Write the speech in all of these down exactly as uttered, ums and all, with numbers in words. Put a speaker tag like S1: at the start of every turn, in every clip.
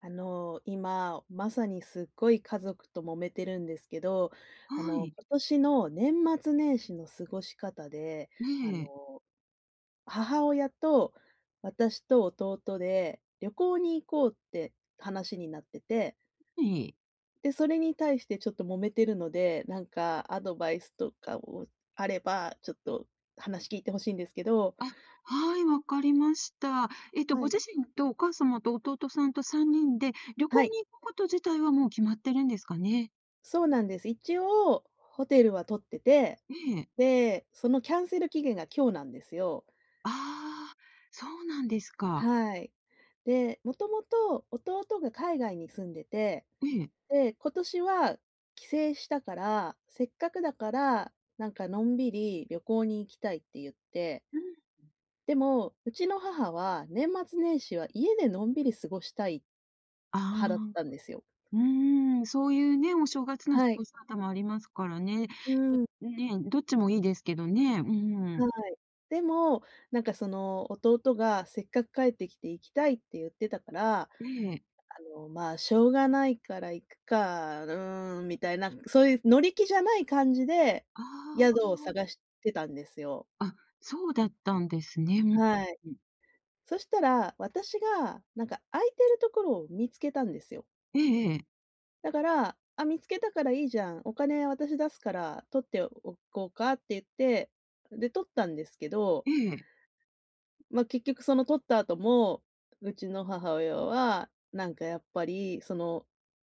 S1: あの、今、まさにすっごい家族と揉めてるんですけど、あ
S2: は
S1: の、
S2: い。
S1: 今年の年末年始の過ごし方で、
S2: え
S1: あ
S2: え。
S1: の、母親と私と弟で旅行に行こうって話になってて、
S2: はい。
S1: で、それに対してちょっと揉めてるので、なんかアドバイスとかをあれば、ちょっと話聞いてほしいんですけど。
S2: あ、はい、わかりました。えっと、
S1: は
S2: ご
S1: い。
S2: 自身とお母様と弟さんとさんにんで旅
S1: は
S2: 行
S1: い。
S2: に行くこと自体はもう決まってるんですかね？
S1: そうなんです。一応ホテルは取ってて、
S2: ええ。
S1: で、そのキャンセル期限が今日なんですよ。
S2: ああ、そうなんですか。
S1: はい。で、もともと弟が海外に住んでて、
S2: ええ。
S1: で、今年は帰省したから、せっかくだから、なんかのんびり旅行に行きたいって言って、
S2: うん。
S1: でも、うちの母は年末年始は家でのんびり過ごしたい
S2: ああ、
S1: 派だったんですよ。
S2: うーん、そういうね、お正月の
S1: は
S2: 過
S1: い。
S2: ごし方もありますからね。
S1: うん。
S2: どね、どっちもいいですけどね。うん。
S1: はい。でも、なんかその弟がせっかく帰ってきて行きたいって言ってたから、あ
S2: ええ。
S1: の、まあ、しょうがないから行くか、うーん、みたいな、そういう乗り気じゃない感じで、宿
S2: あ
S1: を探してたんですよ。
S2: あ、あ、そうだったんですね。
S1: はい。
S2: うん。
S1: そしたら、私がなんか空いてるところを見つけたんですよ。
S2: ええええ。
S1: だから、あ、見つけたからいいじゃん、お金私出すから取っておこうかって言って、で、取ったんですけど
S2: ええ。
S1: ま、あ結局その取った後も、うちの母親は、なんかやっぱり、その、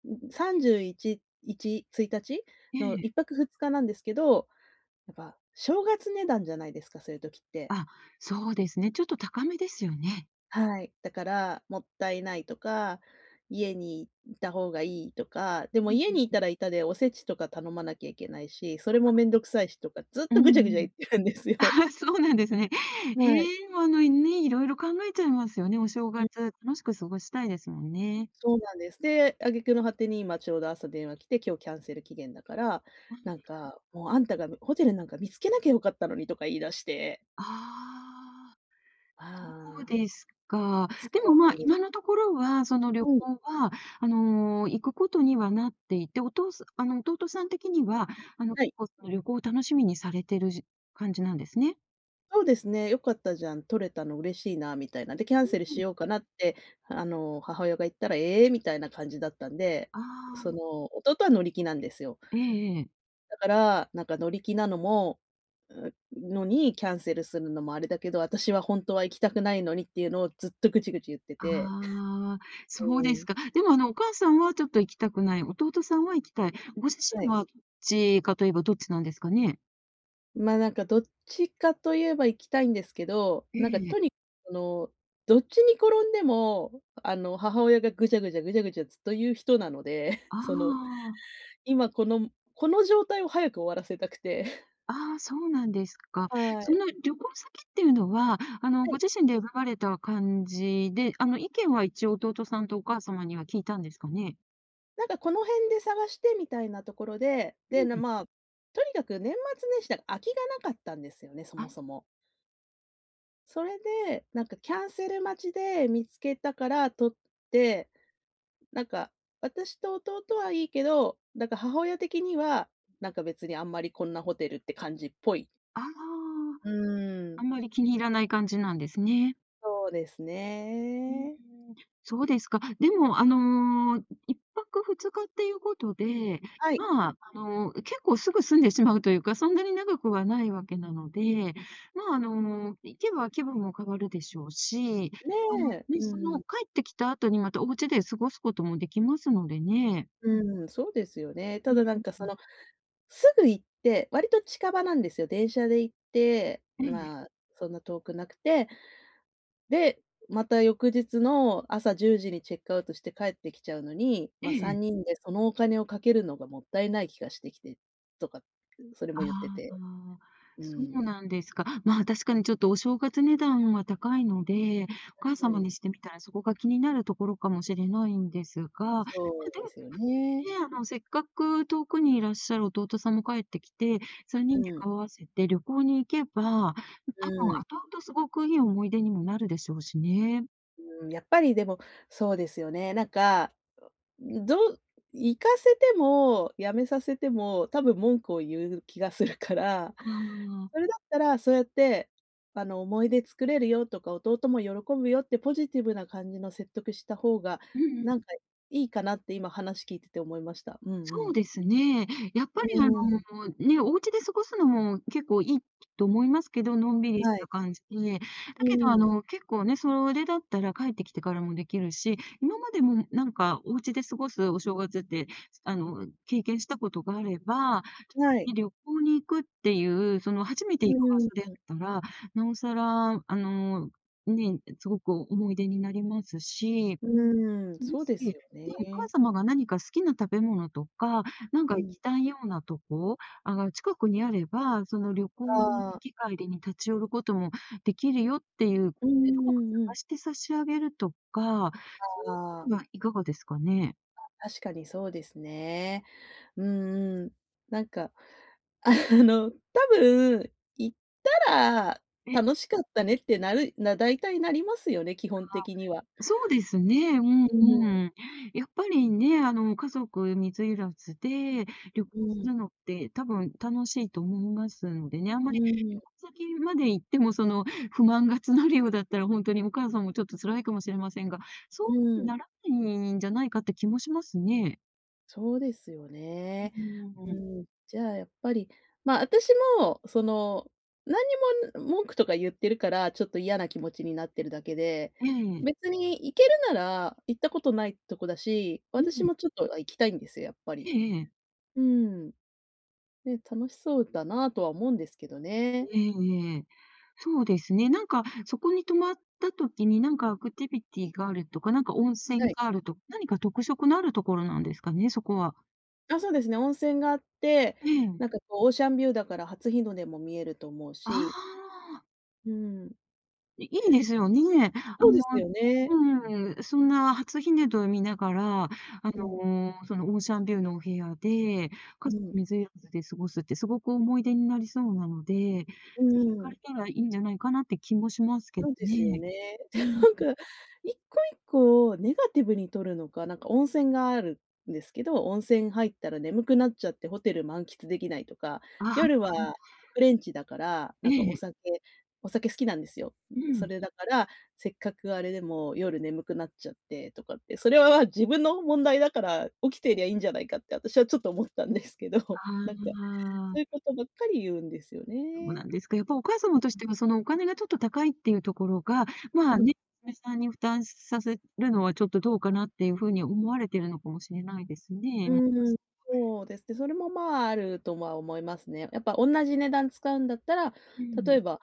S1: ん、さんじゅういち、いち、ついたち
S2: え
S1: の
S2: え。
S1: いっぱくふつかなんですけど、やっぱ正月値段じゃないですか、そういう時って。
S2: あ、そうですね。ちょっと高めですよね。
S1: はい。だから、もったいないとか、家にいた方がいいとか、でも
S2: うん。
S1: 家にいたらいたでおせちとか頼まなきゃいけないし、それもめんどくさいしとか、ずっ
S2: う
S1: と
S2: ん
S1: ぐちゃぐち
S2: う
S1: ゃ言っ
S2: ん。
S1: てるんです
S2: あ、
S1: よ。
S2: そうなんですね。え
S1: はい。
S2: え、もう、あの、いね、いろいろ考えちゃいますよね。お正月、楽しく過ごしたいですもんね。
S1: そうなんです。で、挙句の果てに今ちょうど朝電話来て、今日キャンセル期限だから、
S2: うん。
S1: なんか「もうあんたがホテルなんか見つけなきゃよかったのに」とか言い出して。
S2: ああ、そ
S1: あ
S2: う
S1: あ、
S2: ですか。
S1: そ
S2: でも、まあ、
S1: うです。
S2: 今のところは、その旅
S1: うん、
S2: 行は、あの、行くことにはなっていて、お父さあの、弟さん的には、あの、結
S1: はい。
S2: 構その、旅行を楽しみにされてるじ感じなんですね。
S1: そうですね、「良かったじゃん、取れたの嬉しいな」みたいな。で、キャンセルしようかなって、あの、母親が言ったら「ええ」みたいな感じだったんで、
S2: あ
S1: そ
S2: あ、
S1: の、弟は乗り気なんですよ。
S2: ええええ。
S1: だから、なんか乗り気なのもうのに、キャンセルするのもあれだけど、私は本当は行きたくないのにっていうのをずっとぐちぐち言って
S2: あ
S1: て。
S2: あ、そう
S1: う
S2: で
S1: ー
S2: す
S1: ん、
S2: か。でも、あの、お母さんはちょっと行きたくない、弟さんは行きたい。ご自
S1: は
S2: 身
S1: い。
S2: はどっちかといえばどっちなんですかね？
S1: ま、なんかどっちかといえば行きたいんですけど、
S2: え
S1: なんかと
S2: え。
S1: にその、どっちに転んでも、あの、母親がぐちゃぐちゃぐちゃぐちゃずっと言う人なので、その、
S2: あ
S1: 今このこの状態を早く終わらせたくて。
S2: あ、ああ、そうなんですか。
S1: は
S2: そ
S1: い。
S2: の旅行先っていうのは、あの、
S1: は
S2: ご
S1: い。
S2: 自身で選ばれた感じで、あの、意見は一応弟さんとお母様には聞いたんですかね？
S1: なんかこの辺で探してみたいなところで、
S2: う
S1: で、
S2: ん。
S1: なまあ、とにかく年末年始だから空きがなかったんですよね、そ
S2: あ、
S1: もそも。それで、なんかキャンセル待ちで見つけたから取って、なんか私と弟はいいけど、なんか母親的には、なんか別にあんまりこんなホテルって感じっぽい。
S2: ああ、
S1: うーん、
S2: あんまり気に入らない感じなんですね。
S1: そうです
S2: う
S1: ね。
S2: ーん、そうですか。でも、あのー、いっぱくふつかっていうことで、
S1: はい、
S2: まあ、あのー、結構すぐ住んでしまうというか、そんなに長くはないわけなので、まあ、あのー、行けば気分も変わるでしょうし、
S1: ね
S2: あの、
S1: え、
S2: ね、
S1: う
S2: その
S1: ん、
S2: 帰ってきた後にまたお家で過ごすこともできますのでね。
S1: うん、そうですよね。た
S2: う
S1: だなん
S2: ん、
S1: かそのすぐ行って、割と近場なんですよ。電車で行って、
S2: ええ、
S1: まあ、そんな遠くなくて、で、また翌日の朝じゅうじにチェックアウトして帰ってきちゃうのに、
S2: え
S1: まあ、3
S2: え。
S1: 人でそのお金をかけるのがもったいない気がしてきてとか、それも
S2: あ
S1: 言ってて。
S2: あ、
S1: う
S2: そう
S1: ん。
S2: なんですか。まあ、確かにちょっとお正月値段は高いので、お母
S1: う
S2: 様
S1: ん。
S2: にしてみたらそこが気になるところかもしれないんですが、まあ、
S1: そう
S2: で
S1: で
S2: も
S1: すよね。
S2: ね、あの、せっかく遠くにいらっしゃる弟さんも帰ってきて、3
S1: う
S2: 人で
S1: ん、
S2: 顔合わせて旅行に行けば、多分
S1: うん、
S2: 後々すごくいい思い出にもなるでしょうしね。
S1: うん、やっぱりでも、そうですよね。なんか、どう行かせても、辞めさせても、多分文句を言う気がするから、
S2: あ あ、
S1: それだったら、そうやって、あの、思い出作れるよとか、弟も喜ぶよってポジティブな感じの説得した方が、
S2: うんう
S1: な
S2: ん。
S1: んかいいかなって今話聞いてて思いました。うんう
S2: そう
S1: ん。
S2: ですね。やっぱ
S1: う
S2: りあ
S1: ーん、
S2: の、ね、お家で過ごすのも結構いいと思いますけど、のんびりし
S1: は
S2: た
S1: い。
S2: 感じで。だ
S1: うー
S2: けどあ
S1: ん、
S2: の、結構ね、それだったら帰ってきてからもできるし、今までもなんかお家で過ごすお正月って、あの、経験したことがあれば、
S1: はい。
S2: ね、旅行に行くっていう、その初めて
S1: う
S2: 行く場
S1: ー
S2: 所であっ
S1: ん、
S2: たら、なおさら、あの、ね、すごく思い出になりますし、
S1: うーん、
S2: も
S1: そう
S2: し、
S1: です
S2: ね、
S1: よ
S2: お母
S1: ね。
S2: 様が何か好きな食べ物とか、なんか
S1: う
S2: 行
S1: ん、
S2: きたいようなとこ、あが、近くにあれば、その旅行
S1: あ
S2: の行
S1: あ、
S2: き帰りに立ち寄ることもできるよっていう
S1: う
S2: こ
S1: ん
S2: とで、ど
S1: う
S2: こか
S1: んうん。
S2: 探して差し上げるとか、そう
S1: あ
S2: いうのは
S1: あ。
S2: いかがですかね？
S1: 確かにそうですね。うんうん。なんか、あの、多分、行ったら
S2: ええ。
S1: 楽しかったねってなるな大体なりますよね、基本的には。
S2: そうですね。うん
S1: うん、
S2: うん。やっぱりね、あの、家族水入らずで旅行
S1: う
S2: す
S1: ん、
S2: るのって多分楽しいと思いますのでね、あんま
S1: う
S2: り
S1: ん、
S2: 旅行先まで行ってもその不満が募るようだったら、本当にお母さんもちょっと辛いかもしれませんが、そ
S1: う
S2: う
S1: ん。
S2: ならないんじゃないかって気もしますね。
S1: そうですよね。
S2: う
S1: う
S2: ん。
S1: ん、じゃあ、やっぱり、まあ、私も、その、何にも文句とか言ってるから、ちょっと嫌な気持ちになってるだけで、
S2: ええ。
S1: 別に行けるなら行ったことないとこだし、
S2: う
S1: 私
S2: ん。
S1: もちょっと、行きたいんですよ、やっぱ
S2: え
S1: り。
S2: え。
S1: うん。ね、楽しそうだなとは思うんですけどね。
S2: ええええ。そうですね。なんか、そこに泊まった時に、なんかアクティビティがあるとか、なんか温
S1: は
S2: 泉
S1: い。
S2: があるとか何か特色のあるところなんですかね、そこは。
S1: あ、そうですね、温泉があって、
S2: ええ。
S1: なんかこうオーシャンビューだから初日の出も見えると思う
S2: あ
S1: し、
S2: あ、
S1: うん、
S2: いいですよね。あ
S1: そうで
S2: の、
S1: すよね。
S2: うん、そんな初日の出を見ながら、あ
S1: うん、
S2: の、そのオーシャンビューのお部屋で、家
S1: う
S2: 族
S1: ん、
S2: 水入らずで過ごすってすごく思い出になりそうなので、ぜ
S1: う
S2: ひ行か
S1: ん。
S2: れたらいいんじゃないかなって気もしますけど
S1: そうですよ
S2: ね。
S1: ね。
S2: う ん。
S1: なんか、一個一個をネガティブに取るのか、なんか温泉があるんですけど、温泉入ったら眠くなっちゃってホテル満喫できないとか、
S2: あ
S1: 夜
S2: あ、
S1: はフレンチだから、な
S2: え
S1: んかお
S2: え。
S1: 酒お酒好きなんですよ。
S2: う
S1: そ
S2: ん。
S1: れだから、せっかくあれでも夜眠くなっちゃってとかって、それは自分の問題だから起きてりゃいいんじゃないかって私はちょっと思ったんですけど、
S2: あ
S1: なんか、そういう
S2: あ、
S1: ことばっかり言うんですよ
S2: そうな
S1: ね。
S2: んですか。やっぱお母様としては、そのお金がちょっと高いっていうところが、まあ
S1: うん。
S2: ね、娘さんに負担させるのはちょっとどうかなっていうふうに思われてるのかもしれないですね。もしか
S1: う
S2: し
S1: ん、
S2: て。
S1: そうですね。それも、まあ、あるとは思いますね。やっぱ同じ値段使うんだったら、
S2: う
S1: 例
S2: ん。
S1: えば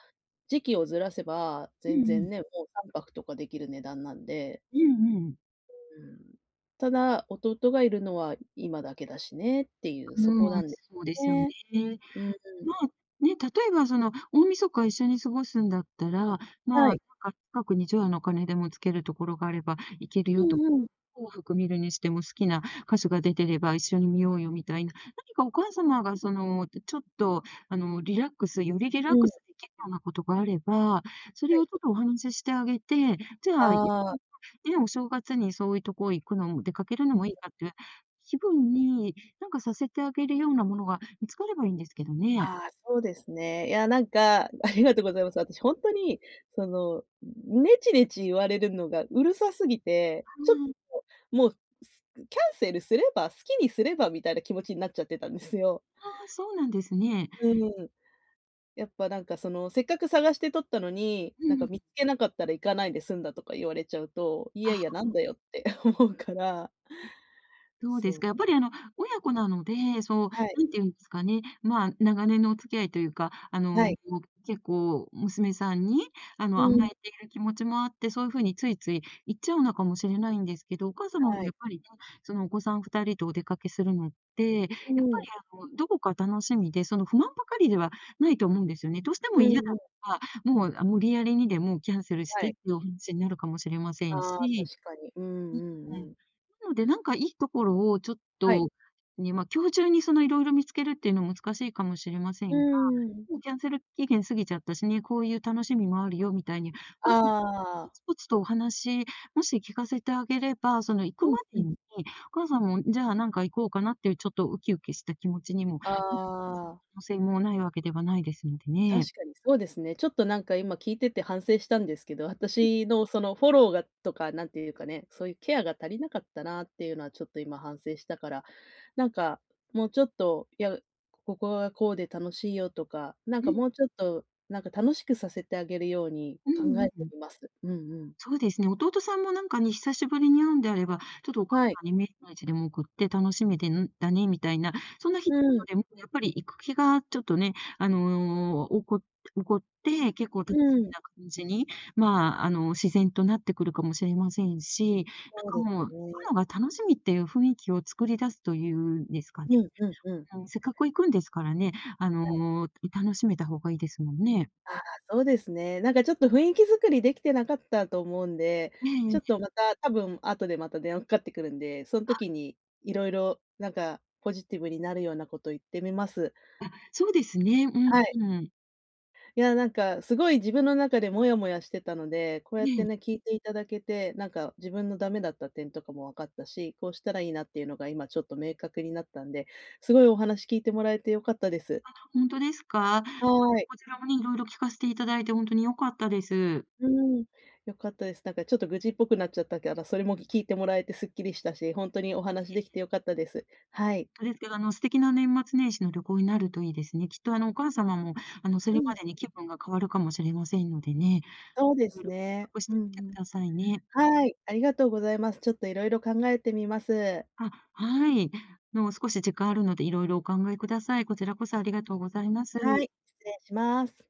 S1: 時期をずらせば、
S2: う
S1: 全
S2: んう
S1: 然
S2: ん。
S1: ね、もうさんぱくとかできる値段なんで、
S2: うんうん。
S1: うん。ただ、弟がいるのは今だけだしねっていう、そこ
S2: う
S1: な
S2: ん、
S1: んで
S2: そうで
S1: す
S2: すよね。
S1: ね。うん、
S2: まあ、ね、例えばその大晦日一緒に過ごすんだったら、
S1: は
S2: まあ、なん
S1: い。
S2: か近くに除夜の鐘でもつけるところがあれば行けるよと、
S1: うんうん。
S2: 紅白見るにしても好きな歌手が出てれば一緒に見ようよみたいな、何かお母様がその、ちょっとあの、リラックスよりリラ
S1: う
S2: ッ
S1: ん、
S2: クス
S1: は
S2: できるようなことがあれば、それをちょっ
S1: い。
S2: とお話ししてあげて、じゃあ、い
S1: あ あ。
S2: ね、お正月にそういうとこ行くのも出かけるのもいいかっていう気分になんかさせてあげるようなものが見つかればいいんですけどね。
S1: ああ、そうですね。いや、なんか、ありがとうございます。私ほんとに、その、ネチネチ言われるのがうるさすぎて、
S2: あ
S1: ちょっと、もう、すキャンセルすれば、好きにすればみたいな気持ちになっちゃってたんですよ。
S2: あ、ああ、そうなんですね。
S1: うん。やっぱなんかその、せっかく探して取ったのに、
S2: う
S1: なんか
S2: ん。
S1: 見つけなかったら行かないで済んだとか言われちゃうと、いやいや、
S2: あ、
S1: なんだよって思うから、
S2: そうで
S1: そ
S2: す
S1: う。
S2: か？やっぱりあの、親子なので、そう、
S1: はい、
S2: なんていうんですかね、まあ、長年のお付き合いというか、あ
S1: は
S2: の、
S1: い。
S2: 結構娘さんに、あ
S1: う
S2: の、甘
S1: ん、
S2: えている気持ちもあって、そういう風についつい言っちゃうのかもしれないんですけど、お母様
S1: は
S2: もや
S1: い。
S2: っぱりね、そのお子さんふたりとお出かけするのって、やっぱり
S1: うん、
S2: あの、どこか楽しみで、その不満ばかりではないと思うんですよね。どうしても
S1: う
S2: 嫌だ
S1: んうん、
S2: ったら、もう、あ、無理やりにでもキャンセルし
S1: は
S2: てっ
S1: い。
S2: ていうお話になるかもしれません
S1: ああ、確
S2: し。
S1: かに。うんうんうん。
S2: なので、なんかいいところをちょっ
S1: はい。
S2: と、ね、まあ、今日中にそのいろいろ見つけるっていうのは難しいかもしれませ
S1: うー
S2: んが、
S1: ん。
S2: もうキャンセル期限過ぎちゃったしね、こういう楽しみもあるよみたいに、お母さんポ
S1: あ
S2: ツ
S1: あ。
S2: ポツとお話、もし聞かせてあげれば、その行く
S1: う
S2: ま
S1: んう
S2: で
S1: ん。
S2: に、お母さんも、じゃあなんか行こうかなっていうちょっとウキウキした気持ちにも
S1: あ
S2: なってく
S1: あ、
S2: 可能性もないわけではないですので
S1: 確
S2: ね。
S1: かにそうですね。ちょっとなんか今聞いてて反省したんですけど、私のそのフォローがとか、なんていうかね、そういうケアが足りなかったなっていうのはちょっと今反省したから、なんかもうちょっと、いや、ここはこうで楽しいよとか、なん
S2: う
S1: か
S2: ん、
S1: もうちょっと、なんか楽しくさせてあげるように
S2: う
S1: 考
S2: ん
S1: え
S2: う
S1: て
S2: ん。
S1: みます。うんうん。
S2: そうですね、弟さんもなんかね、久しぶりに会うんであれば、ちょっとお母
S1: はい。
S2: さんにメッセージでも送って楽しみでんだねみたいな、そんな一言
S1: うん、
S2: でもやっぱり行く気がちょっとね、あのー、起こ起こって、結構楽し
S1: う
S2: み
S1: ん。
S2: な感じに、まあ、あの、自然となってくるかもしれませんし、なん
S1: そう
S2: か
S1: で
S2: もう、行
S1: すね。
S2: くのが楽しみっていう雰囲気を作り出すというんですかね。
S1: うんうんうん。
S2: うん、せっかく行くんですからね、あの、楽しめた方がいいですもんね。
S1: ああ、そうですね。なんかちょっと雰囲気作りできてなかったと思うんで、
S2: え
S1: ちょっ
S2: え。
S1: とまた多分後でまた電話かかってくるんで、その時にいろいろなんかポジティブになるようなこと言ってみます。
S2: そうですね。うん
S1: はい。
S2: うん。
S1: いや、なんかすごい自分の中でモヤモヤしてたので、こう
S2: え
S1: やってね、
S2: え。
S1: 聞いていただけて、なんか自分のダメだった点とかも分かったし、こうしたらいいなっていうのが今ちょっと明確になったんで、すごいお話聞いてもらえて良かったです。
S2: 本当ですか？
S1: はい。
S2: こちらもね、いろいろ聞かせていただいて本当に良かったです。
S1: うーん、良かったです。なんかちょっと愚痴っぽくなっちゃったから、それも聞いてもらえてすっきりしたし、ほんとにお話できて良かったです。はい。
S2: ですけど、あの、素敵な年末年始の旅行になるといいですね。きっと、あの、お母様も、あの、そ
S1: う
S2: れま
S1: ん、
S2: でに気分が変わるかもしれませんのでね、
S1: そうで
S2: いろい
S1: す
S2: ろ計
S1: ね。
S2: 画し
S1: うん
S2: て
S1: う
S2: みてく
S1: ん。
S2: ださいね。
S1: はい、ありがとうございます。ちょっと色々考えてみます。
S2: あ、はい。もう少し時間あるので、いろいろお考えください。こちらこそありがとうございます。
S1: はい、失礼します。